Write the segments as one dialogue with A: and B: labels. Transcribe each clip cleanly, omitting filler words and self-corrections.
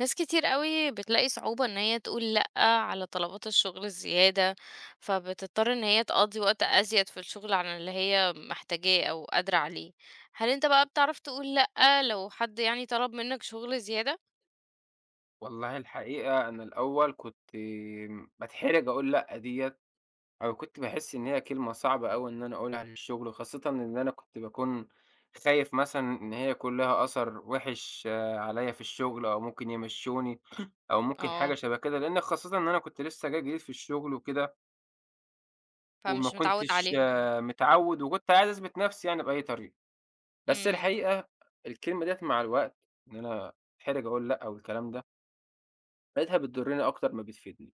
A: ناس كتير قوي بتلاقي صعوبة ان هي تقول لأ على طلبات الشغل الزيادة، فبتضطر ان هي تقضي وقت ازيد في الشغل عن اللي هي محتاجاه او قادرة عليه. هل انت بقى بتعرف تقول لأ لو حد يعني طلب منك شغل زيادة؟
B: والله الحقيقة أنا الأول كنت باتحرج أقول لأ ديّة، أو كنت باحس إن هي كلمة صعبة أوي إن أنا أقولها للشغل، خاصةً إن أنا كنت باكون خايف مثلًا إن هي يكون لها أثر وِحِش عليّا في الشغل، أو ممكن يمشّوني، أو ممكن حاجة
A: اه،
B: شبه كده، لإن خاصةً إن أنا كنت لسه جاي جديد في الشغل وكده، وما
A: فمش متعود
B: كنتش
A: عليهم.
B: متعوّد، وكنت عايز أثبت نفسي يعني بأي طريقة. بس
A: امم.
B: الحقيقة الكلمة ديّة مع الوقت إن أنا أتحرج أقول لأ والكلام ده، لقيتها بتضرني أكتر ما بتفيدني.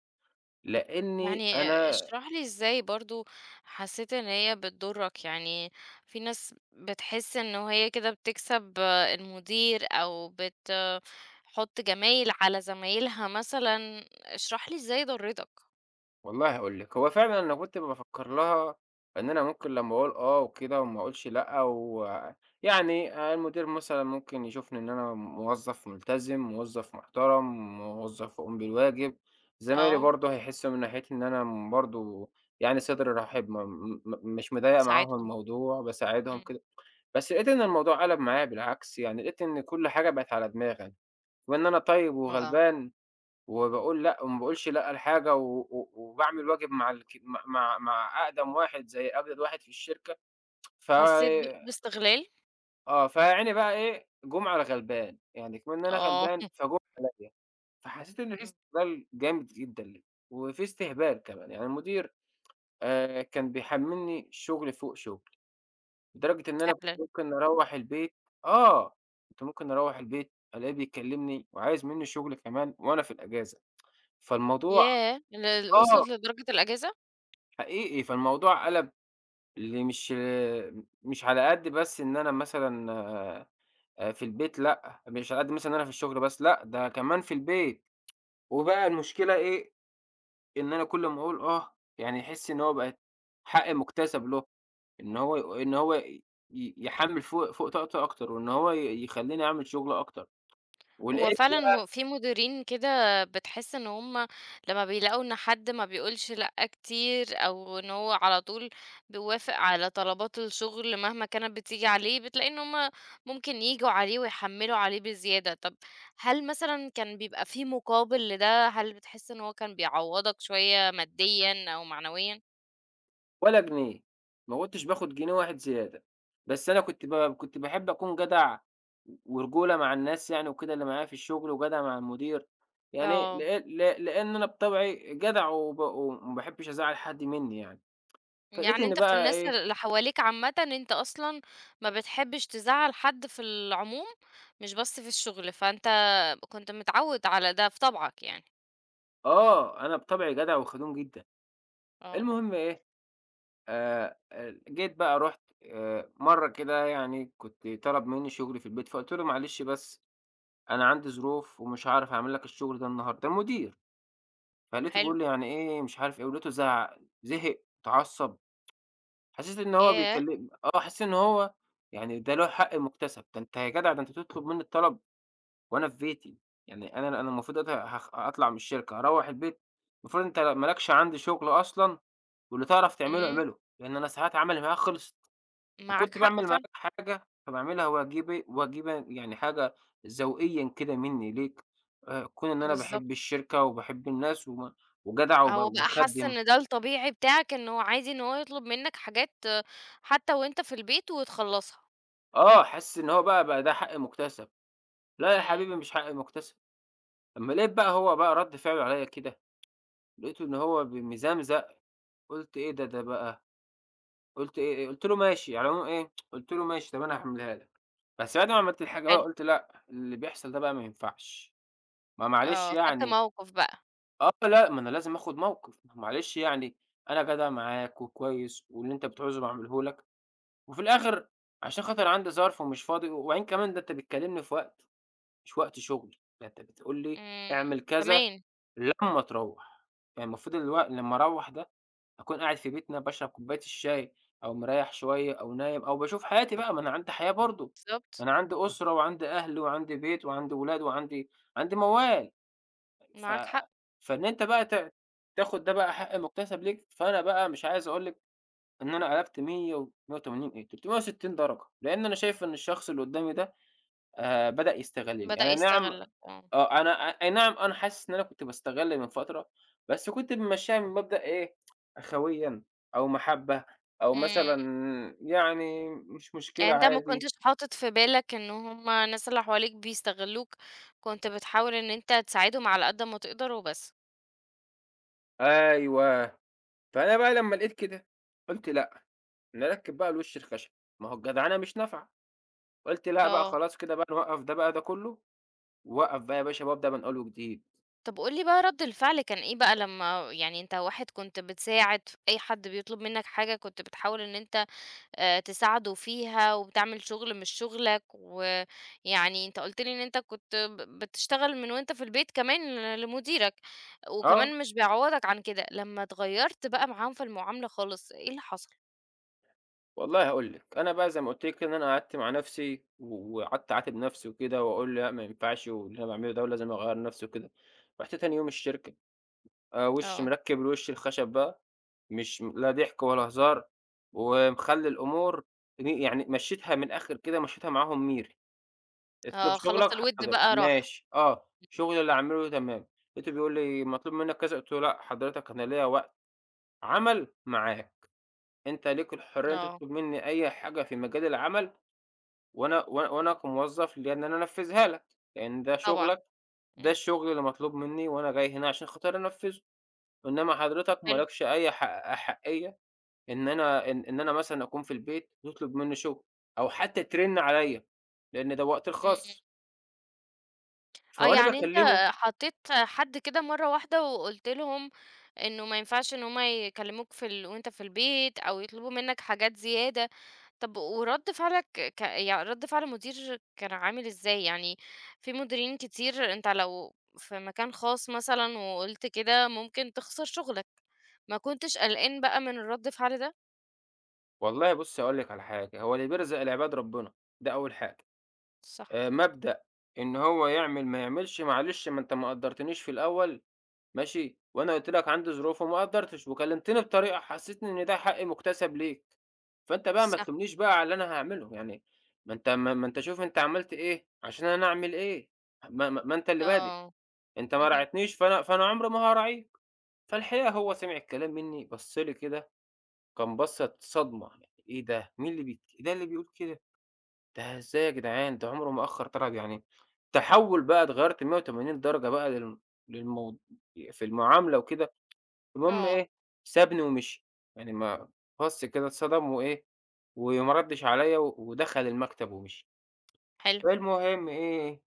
B: لإني
A: يعني
B: أنا
A: اشرح لي إزاي برضه حسيت إن هي بتضرك، يعني في ناس بتحس إنه هي كده بتكسب المدير أو بتحط جمايل على زمايلها مثلًا، اشرح لي إزاي ضرتك؟
B: والله هاقول لِك، هو فعلًا أنا كنت بافكّر لها إن أنا ممكن لمّا أقول آه وكده وما أقولش لأ يعني المدير مثلًا ممكن يشوفني إن أنا موظّف ملتزم، موظّف محترم، موظّف يقوم بالواجب، زمايلي
A: آه،
B: برضه هيحسّوا من ناحيتي إن أنا برضه يعني صدر رحب م م م مش مضيّق معاهم
A: ساعتهم،
B: الموضوع، باساعدهم
A: إمم.
B: كده، بس لقيت إن الموضوع قَلَب معايا بالعكس، يعني لقيت إن كل حاجة بقت على دماغي أنا، وإن أنا طيب
A: آه، آه.
B: وغلبان وباقول لأ، وما باقولش لأ لحاجة، و و وباعمل واجب مع مع مع مع أقدم واحد زي أجدد واحد في الشركة، ف
A: حسيت باستغلال؟
B: آه، فيا عيني بقى إيه، جُم على غلبان، يعني كمان إن أنا
A: آه.
B: غلبان فجُم عليَّ، فحسيت إن في
A: إمم،
B: استغلال جامد جدًا ليّا، وفي استهبال كمان، يعني المدير كان بيحمّلني شغل فوق شغل، لدرجة إن أنا كنت
A: فعلًا،
B: ممكن أروّح البيت آه، كنت ممكن أروّح البيت ألاقيه بيكلمني وعايز منّي شغل كمان وأنا في الأجازة، فالموضوع
A: ياه!
B: آه.
A: وصلت لدرجة الإجازة؟
B: حقيقي، فالموضوع قَلَب ل مش مش على قد بس إن أنا مثلًا في البيت لأ، مش على قد مثلًا إن أنا في الشغل بس لأ، ده كمان في البيت، وبقى المشكلة إيه، إن أنا كل أمّا أقول آه، يعني يحس إن هو بقت حق مُكتسب له، إن هو يحمّل فوق طاقته أكتر، وإن هو يخلّيني أعمل شغل أكتر،
A: هو
B: ولقيت
A: فعلًا في مديرين كده بتحس إن هم لمّا بيلاقوا إن حد ما بيقولش لأ كتير، أو إن هو على طول بيوافق على طلبات الشغل مهما كانت بتيجي عليه، بتلاقي إن هم ممكن ييجوا عليه ويحمّلوا عليه بزيادة. طب هل مثلًا كان بيبقى في مقابل لده؟ هل بتحس إن هو كان بيعوّضك شوية ماديًا أو معنويًا؟
B: ولا جنيه، ما كنتش باخد جنيه واحد زيادة، بس أنا كنت كنت باحب أكون جدع ورجولة مع الناس يعني وكده اللي معايا في الشغل وجدع مع المدير، يعني
A: آه.
B: لأ لأ لأن أنا بطبعي جدع وما باحبش أزعّل حد منّي يعني، فلقيت
A: يعني
B: إن
A: أنت في
B: بقى
A: الناس
B: إيه
A: اللي حواليك عامةً أنت أصلًا ما بتحبش تزعّل حد في العموم، مش بس في الشغل، فأنت كنت متعوّد على ده في طبعك يعني.
B: آه، أنا بطبعي جدع وخدوم جدًا،
A: آه،
B: المهم إيه ال جيت بقى رُحت مرّة كده يعني كنت طلب منّي شغل في البيت، فقُلت له: "معلش بس أنا عندي ظروف ومش هاعرف أعمل لك الشغل ده النهارده." المدير. فلقيته
A: حلو،
B: بيقول لي: "يعني إيه مش عارف إيه." ولقيته زعّق، زهق، اتعصّب. حسّيت إن هو
A: ياه!
B: بيكلم حسّيت إن هو يعني ده له حق مُكتسب، ده أنت يا جدع ده أنت تطلب منّي الطلب وأنا في بيتي، يعني أنا المفروض دلوقتي أطلع من الشركة، هاروّح البيت، المفروض أنت ما لكش عندي شُغل أصلًا واللي تعرف تعمله
A: إمم،
B: اعمله، لإن أنا ساعات عملي معاك خلصت،
A: معاك
B: وكنت
A: حق
B: باعمل
A: فعلًا،
B: معاك حاجة فباعملها واجبي واجبًا يعني حاجة ذوقيًا كده منّي ليك، كون إن أنا باحب
A: بالضبط.
B: الشركة وباحب الناس وجدع
A: هو بقى حَس
B: وباخدّم."
A: إن ده الطبيعي بتاعك، إن هو عادي إن هو يطلب منك حاجات آه، حتى وأنت في البيت وتخلّصها.
B: آه، حاسس إن هو بقى ده حق مُكتسب، لأ يا حبيبي
A: إمم،
B: مش حق مُكتسب، أمّا لقيت بقى هو بقى رَد فعله عليَّ كده، لقيته إن هو مزمزق، قُلت إيه ده بقى، قُلت إيه إيه؟ قُلت له ماشي، على العموم إيه، قُلت له ماشي طَب أنا هاحملها لك، بس بعد ما عملت الحاجة بقى
A: حلو،
B: قُلت لأ، اللي بيحصل ده بقى ما ينفعش، ما معلش
A: آه، خدت
B: يعني
A: موقِف بقى،
B: آه، لأ ما أنا لازم آخد موقِف، ما هو معلش يعني أنا جدع معاك وكويس واللي أنت بتعوزه باعمله لك، وفي الآخر عشان خاطر عندي ظرف ومش فاضي، وبعدين كمان ده أنت بتكلمني في وقت مش وقت شغل، ده أنت بتقول لي
A: إمم،
B: اعمل كذا
A: كمان،
B: لمّا تروّح، يعني المفروض لمّا أروّح ده أكون قاعد في بيتنا باشرب كوباية الشاي أو مريّح شوية أو نايم أو باشوف حياتي بقى، ما أنا عندي حياة برضه، ما
A: بالضبط،
B: أنا عندي أسرة وعندي أهل وعندي بيت وعندي ولاد عندي موال، ف
A: معاك حق،
B: فإن أنت بقى تاخد ده بقى حق مُكتسب ليك، فأنا بقى مش عايز أقول لِك إن أنا قلبت مِيّة و 180 إيه، 360 درجة، لإن أنا شايف إن الشخص اللي قدّامي ده بدأ يستغلني،
A: بدأ
B: أنا نعم
A: يستغلّك، آه،
B: آه، أنا أ أي نعم أنا حاسس إن أنا كنت باستغل من فترة، بس كنت ممشّيها من مبدأ إيه، أخويًا أو محبة أو
A: إمم.
B: مثلًا يعني مش
A: يعني
B: مشكلة
A: أنت ما
B: عادي
A: كنتش حاطط في بالك إن هم الناس اللي حواليك بيستغلوك، كنت بتحاول إن أنت تساعدهم على قد ما تقدر وبس.
B: أيوه، فأنا بقى لمّا لقيت كده قُلت لأ، نركّب بقى الوش الخشب، ما هو الجدعنة مش نافعة، قُلت لأ بقى
A: آه.
B: خلاص كده بقى نوقّف ده بقى ده كلّه، ووقّف بقى يا باشا وابدأ من أول وجديد،
A: طب قُل لي بقى رَد الفعل كان إيه بقى لمّا يعني أنت واحد كنت بتساعد أي حد بيطلب منّك حاجة كنت بتحاول إن أنت تساعده فيها وبتعمل شغل مش شغلك، ويعني أنت قُلت لي إن أنت كنت بتشتغل من وأنت في البيت كمان لمديرك،
B: آه.
A: وكمان مش بيعوّضك عن كده، لمّا اتغيّرت بقى معاهم في المعاملة خالص، إيه اللي حصل؟
B: والله هاقول لِك، أنا بقى زي ما قُلت لِك كده إن أنا قعدت مع نفسي وقعدت أعاتب نفسي وكده وأقول لأ ما ينفعش واللي أنا باعمله ده ولازم أغيّر نفسي وكده، رُحت تاني يوم الشركة وشّي
A: آه.
B: مركّب الوش الخشب بقى، مش لا ضحك ولا هزار، ومخلّي الأمور يعني مشّيتها من الآخر كده مشّيتها معاهم ميري، اطلب
A: آه،
B: شغلك
A: خلاص الوِدّ
B: حاضر
A: بقى راح،
B: ماشي، آه، شغلي اللي هاعمله تمام، لقيته بيقول لي مطلوب منك كذا، قُلت له: "لأ حضرتك أنا ليّا وقت، عمل معاك، أنت ليك الحرية إن أنت
A: آه،
B: تطلب مني أي حاجة في مجال العمل وأنا كموظف ليا إن أنا أنفّذها لك، لإن ده
A: طبعًا،
B: شغلك، ده
A: إمم،
B: الشغل اللي مطلوب منّي وأنا جاي هنا عشان خاطر أنفّذه، إنّما حضرتك ما
A: حلو،
B: لكش أي حق أحَقيّة إن أنا إن إن أنا مثلًا أكون في البيت وتطلب منّي شغل أو حتّى ترِن عليّا، لإن ده وقتي
A: إمم، إمم.
B: الخاص،
A: آه،
B: فهو أنا
A: يعني أنت
B: باكلّمه
A: حطّيت حد كده مرّة واحدة وقُلت لهم إنه ما ينفعش إن هم يكلّموك في وأنت في البيت أو يطلبوا منّك حاجات زيادة. طَب ورَد فعلك ك يع رَد فعل المدير كان عامل إزاي؟ يعني في مديرين كتير أنت لو في مكان خاص مثلًا وقُلت كده ممكن تخسر شُغلك، ما كنتش قلقان بقى من رَد الفعل ده؟
B: والله بُصّ هاقول لِك على حاجة، هو اللي بيرزق العباد ربنا، ده أول حاجة،
A: صح،
B: مبدأ إن هو يعمل ما يعملش معلش ما قدّرتنيش في الأول ماشي، وأنا قُلت لك عندي ظروف وما قدّرتش، وكلمتني بطريقة حسّستني إن ده حق مُكتسب ليك، فأنت بقى ما
A: صح،
B: تلومنيش بقى على اللي أنا هاعمله، يعني ما أنت ما ما أنت شوف أنت عملت إيه عشان أنا أعمل إيه، ما ما ما أنت اللي بادئ،
A: آه،
B: أنت ما
A: اهم،
B: راعيتنيش فأنا عمري ما هاراعيك، فالحقيقة هو سمع الكلام منّي بَص لي كده كان بَصّة صدمة، يعني إيه ده! مين اللي بيت إيه ده اللي بيقول كده! ده إزاي يا جدعان ده عمره ما أخّر طلب يعني تحوّل بقى اتغيّرت 180 درجة بقى للم للمو في المعاملة وكده. المهم
A: آه،
B: إيه، سابني ومشي، يعني ما بَص كده اتصدم وإيه، وما ردّش عليَّ ودخل المكتب ومشي.
A: حلو.
B: المهم إيه،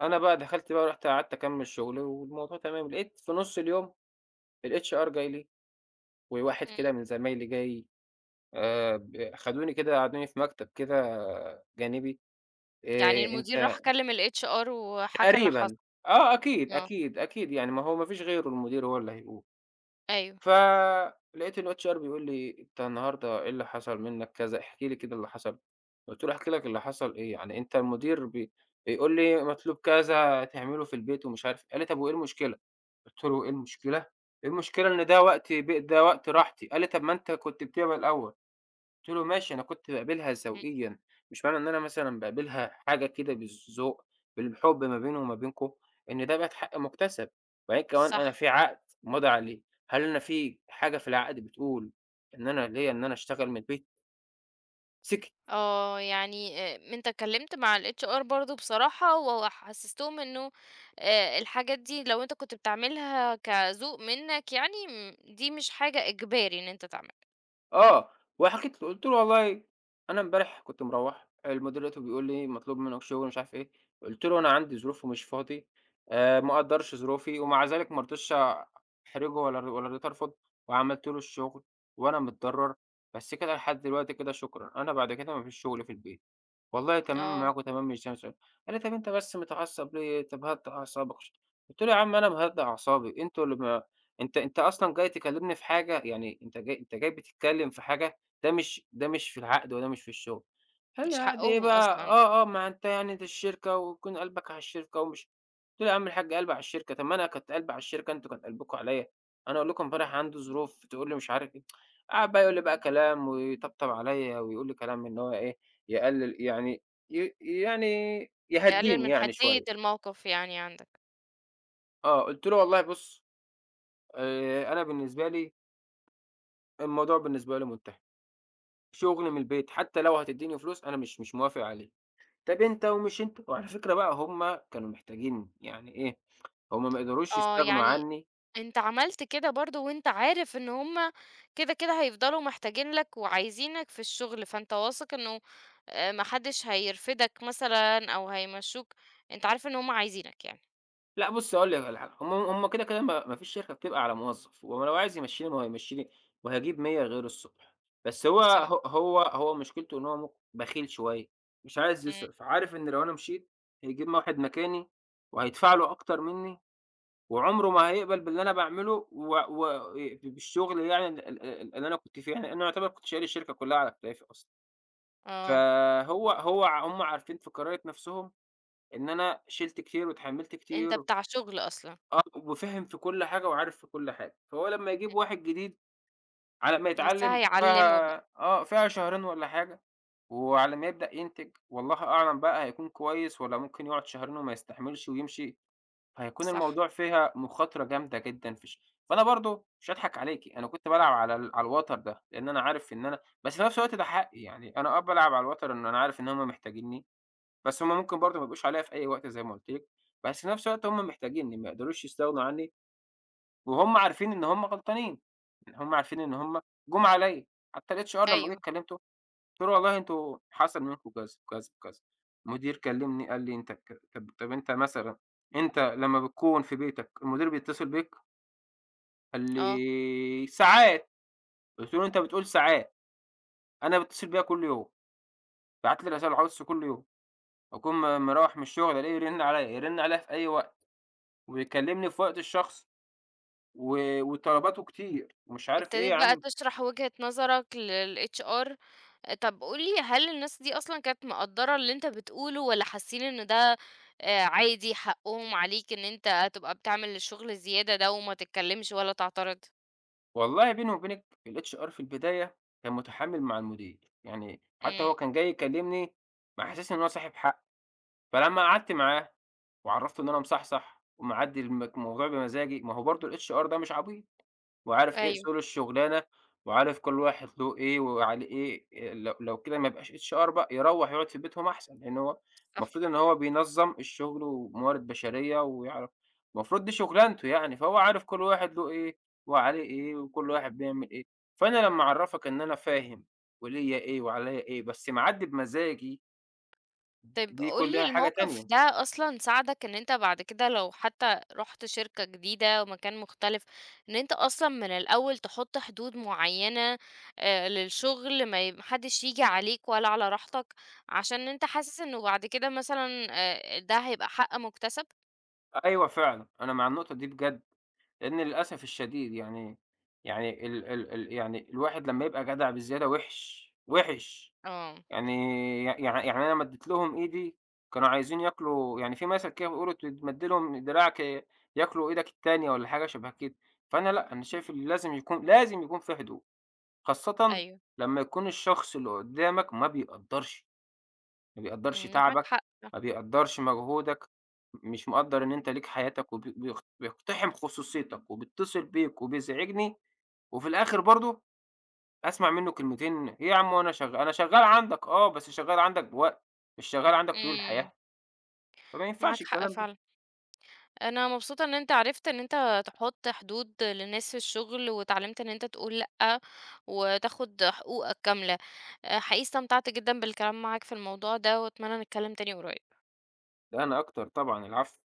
B: أنا بقى دخلت بقى رُحت قعدت أكمّل شغلي والموضوع تمام، لقيت في نُص اليوم الHR جاي لي، وواحد
A: إمم،
B: كده من زمايلي جاي ب خدوني كده قعدوني في مكتب كده جانبي،
A: يعني المدير
B: أنت
A: راح كلّم الHR وحكى اللي حصل،
B: تقريبًا، آه أكيد،
A: آه،
B: أكيد، أكيد يعني ما هو ما فيش غيره المدير هو اللي هيقول.
A: أيوه،
B: فلقيت الHR بيقول لي: "أنت النهارده إيه اللي حصل منّك كذا، احكِ لي كده اللي حصل." قُلت له: "أحكي لك اللي حصل إيه، يعني أنت المدير بيقول لي مطلوب كذا تعمله في البيت ومش عارف إيه." قال لي: "طب وإيه المشكلة؟" قُلت له: "إيه المشكلة؟ إيه المشكلة إن ده وقت ده وقت راحتي." قال لي: "طب ما أنت كنت بتعمل الأول." قُلت له: "ماشي أنا كنت باقابلها
A: إمم،
B: ذوقيًا، مش معنى إن أنا مثلًا باقابلها حاجة كده بالذوق، بالحب ما بيني وما بينكم، إن ده بقى حق مُكتسب، وبعدين كمان أنا
A: صح.
B: في عقد ماضي عليه، هل أنا في حاجة في العقد بتقول إن أنا ليّا إن أنا أشتغل من البيت؟" سِكِت.
A: آه، يعني أنت اتكلمت مع الHR برضه بصراحة وحسستهم إنه الحاجات دي لو أنت كنت بتعملها كذوق منك يعني دي مش حاجة إجباري إن أنت تعملها.
B: آه، وحكيت له قُلت له: "والله أنا امبارح كنت مروّح، المدير لقيته بيقول لي مطلوب منّك شغل مش عارف إيه." قُلت له: "أنا عندي ظروف ومش فاضي، ما أقدّرش ظروفي." ومع ذلك ما رضيتش أحرجه ولا رضيت أرفض وعملت له الشغل وأنا متضرّر، بس كده لحد دلوقتي كده شكرًا، أنا بعد كده ما فيش شغل في البيت. والله تمام
A: آه،
B: معاك وتمام مش ده مشكلة. قال لي: "طب أنت بس متعصب ليه؟ طب هدّي أعصابك." قُلت له: "يا عم أنا مهدّي أعصابي، أنتم اللي ما أنت أنت أصلًا جاي تكلّمني في حاجة يعني أنت جاي بتتكلّم في حاجة ده مش في العقد وده مش في الشغل." قال لي:
A: مش
B: "عقد إيه
A: حقهم
B: بقى؟
A: أصلًا يعني.
B: آه، آه، ما أنت يعني دي الشركة ويكون قلبك على الشركة ومش" قُلت له: "يا عم الحاج قلبي على الشركة، طب ما أنا كنت قلبي على الشركة، أنتم كان قلبكم عليّا، أنا أقول لكم امبارح عندي ظروف تقول لي مش عارف إيه." قعد بقى يقول لي بقى كلام ويطبطب عليّا ويقول لي كلام إن هو إيه يقلل يعني يعني
A: يقلل
B: يهدّيني
A: من
B: يعني
A: حدية
B: شوية،
A: الموقف يعني عندك.
B: آه، قُلت له: "والله بُص أنا بالنسبة لي الموضوع بالنسبة لي منتهي، شغل من البيت حتى لو هتدّيني فلوس أنا مش موافق عليه، طب أنت ومش أنت." وعلى فكرة بقى هُم كانوا محتاجينّي، يعني إيه، هُم ما قدروش
A: آه،
B: يستغنوا
A: يعني
B: عني
A: أنت عملت كده برضه وأنت عارف إن هُم كده، كده هيفضلوا محتاجين لك وعايزينك في الشغل، فأنت واثق إنه ما حدش هيرفدك مثلًا أو هيمشّوك، أنت عارف إن هُم عايزينك يعني.
B: لأ بُصّي هاقول لِك على حاجة، هم هم كده، كده ما فيش شركة بتبقى على موظف، هو لو عايز يمشّيني ما هو هيمشّيني وهاجيب 100 غيره الصبح، بس هو
A: صح،
B: ه هو هو مشكلته إن هو ممكن بخيل شوية، مش عايز
A: إمم،
B: يصرف، عارف إن لو أنا مشيت هيجيب واحد مكاني وهيدفع له أكتر منّي وعمره ما هيقبل باللي أنا باعمله و و بالشغل يعني ال ال ال اللي أنا كنت فيه، يعني أنا يعتبر كنت شايل الشركة كلّها على كتافي أصلًا.
A: آه،
B: فهو هو ع هم عارفين في قرارة نَفْسهم إن أنا شِلت كتير واتحمّلت
A: أنت
B: كتير
A: بتاع شغل أصلًا،
B: آه، وفِهم في كل حاجة وعارف في كل حاجة، فهو لمّا يجيب واحد جديد على ما
A: إمم، لسه
B: يتعلّم
A: هيعلّموا بقى،
B: فيها آه، فيها شهرين والّا حاجة، وعلى ما يبدأ ينتج والله أعلم بقى هيكون كويس والّا ممكن يقعد شهرين وما يستحملش ويمشي، فهيكون
A: صح،
B: الموضوع فيها مخاطرة جامدة جدًا في ش فأنا برضه مش هاضحك عليكِ، أنا كنت بالعب على على الوتر ده، لإن أنا عارف إن أنا بس في نفس الوقت ده حقي، يعني أنا آه، بالعب على الوتر إن أنا عارف إن هُم محتاجينّي، بس هُم ممكن برضه ما يبقوش عليّا في أي وقت زي ما قُلت لِك، بس في نفس الوقت هُم محتاجينّي، ما يقدروش يستغنوا عنّي. وهُم عارفين إن هُم غلطانين، يعني هُم عارفين إن هُم جُم عليَّ، حتى الHR لمّا جيت
A: أيوه،
B: كلّمته قُلت له: "والله أنتم حصل منكم كذا، كذا، كذا." المدير كلّمني قال لي: "أنت ك طب طب أنت مثلًا أنت لمّا بتكون في بيتك المدير بيتصل بيك؟" قال
A: آه،
B: لي: "ساعات." قُلت له: "أنت بتقول ساعات، أنا بيتصل بيّا كل يوم، بعت لي رسايل وعَوَّاتس كل يوم، أكون مروّح من الشغل ألاقيه يرن عليَّ، يرن عليَّ في أي وقت ويكلّمني في وقت الشخصي وطلباته كتير." ومش عارف إيه يا
A: ابتديت بقى
B: عم
A: تشرح وجهة نظرك للHR. طَب قُل لي هل الناس دي أصلًا كانت مقدّرة اللي أنت بتقوله والّا حاسين إن ده عادي حقّهم عليك إن أنت تبقى بتعمل الشغل الزيادة ده وما تتكلّمش ولا تعترض؟
B: والله بيني وبينِك الHR في البداية كان متحمّل مع المدير، يعني حتى هو
A: إمم،
B: كان جاي يكلّمني محسّسني إن هو صاحب حق، فلمّا قعدت معاه وعرّفته إن أنا مصحصح ومعدّي الموضوع بمزاجي، ما هو برضه الHR ده مش عبيط. وعارف إيه
A: أيوه،
B: أصول الشُغلانة، وعارف كل واحد له إيه وعليه إيه، لو كده ما يبقاش HR بقى، يروّح يقعد في بيتهم أحسن، لإن هو
A: صح.
B: المفروض إن هو بينظّم الشُغل وموارد بشرية ويعرف المفروض دي شُغلانته يعني، فهو عارف كل واحد له إيه وعليه إيه وكل واحد بيعمل إيه، فأنا لمّا أعرّفك إن أنا فاهم وليّا إيه وعليّا إيه، بس معدّي بمزاجي،
A: طيب
B: دي
A: قُل لي
B: كُلّها حاجة
A: الموقف
B: تانية.
A: ده أصلًا ساعدك إن أنت بعد كده لو حتى رُحت شركة جديدة ومكان مختلف، إن أنت أصلًا من الأول تحط حدود معيّنة للشغل ما حدش ييجي عليك ولا على راحتك، عشان أنت حاسس إنه بعد كده مثلًا ده هيبقى حق مكتسب؟
B: أيوه فعلًا، أنا مع النقطة دي بجد. لأن للأسف الشديد يعني يعني ال ال ال يعني الواحد لمّا يبقى جدع بزيادة وِحِش، وِحِش.
A: آه،
B: يعني يعني يعني أنا مدّيت لهم إيدي كانوا عايزين ياكلوا يعني في مثل كده بيقولوا تمد لهم دراعك ياكلوا إيدك التانية والّا حاجة شبه كده. فأنا لأ، أنا شايف اللي لازم يكون في حدود، خاصةً
A: أيوه،
B: لمّا يكون الشخص اللي قدّامك ما بيقدّرش. ما بيقدّرش
A: إمم، معاك
B: تعبك،
A: حق،
B: ما بيقدّرش مجهودك، مش مقدّر إن أنت ليك حياتك وب بيخ بيقتحم خصوصيتك وبيتصل بيك وبيزعجني، وفي الآخر برضه أسمع منّه كلمتين: "إيه يا عم هو أنا شغّال عندك آه، بس شغّال عندك بوقت، مش شغّال عندك طول
A: إمم،
B: الحياة." فما ينفعش
A: معاك حق
B: الكلام ده،
A: فعلًا. انا مبسوطة ان انت عرفت ان انت تحط حدود للناس في الشغل وتعلمت ان انت تقول لأ وتاخد حقوقك كاملة. أه، حقيقي استمتعت جدا بالكلام معاك في الموضوع ده واتمنى نتكلم تاني قريب.
B: ده أنا أكتر طبعًا، العفو.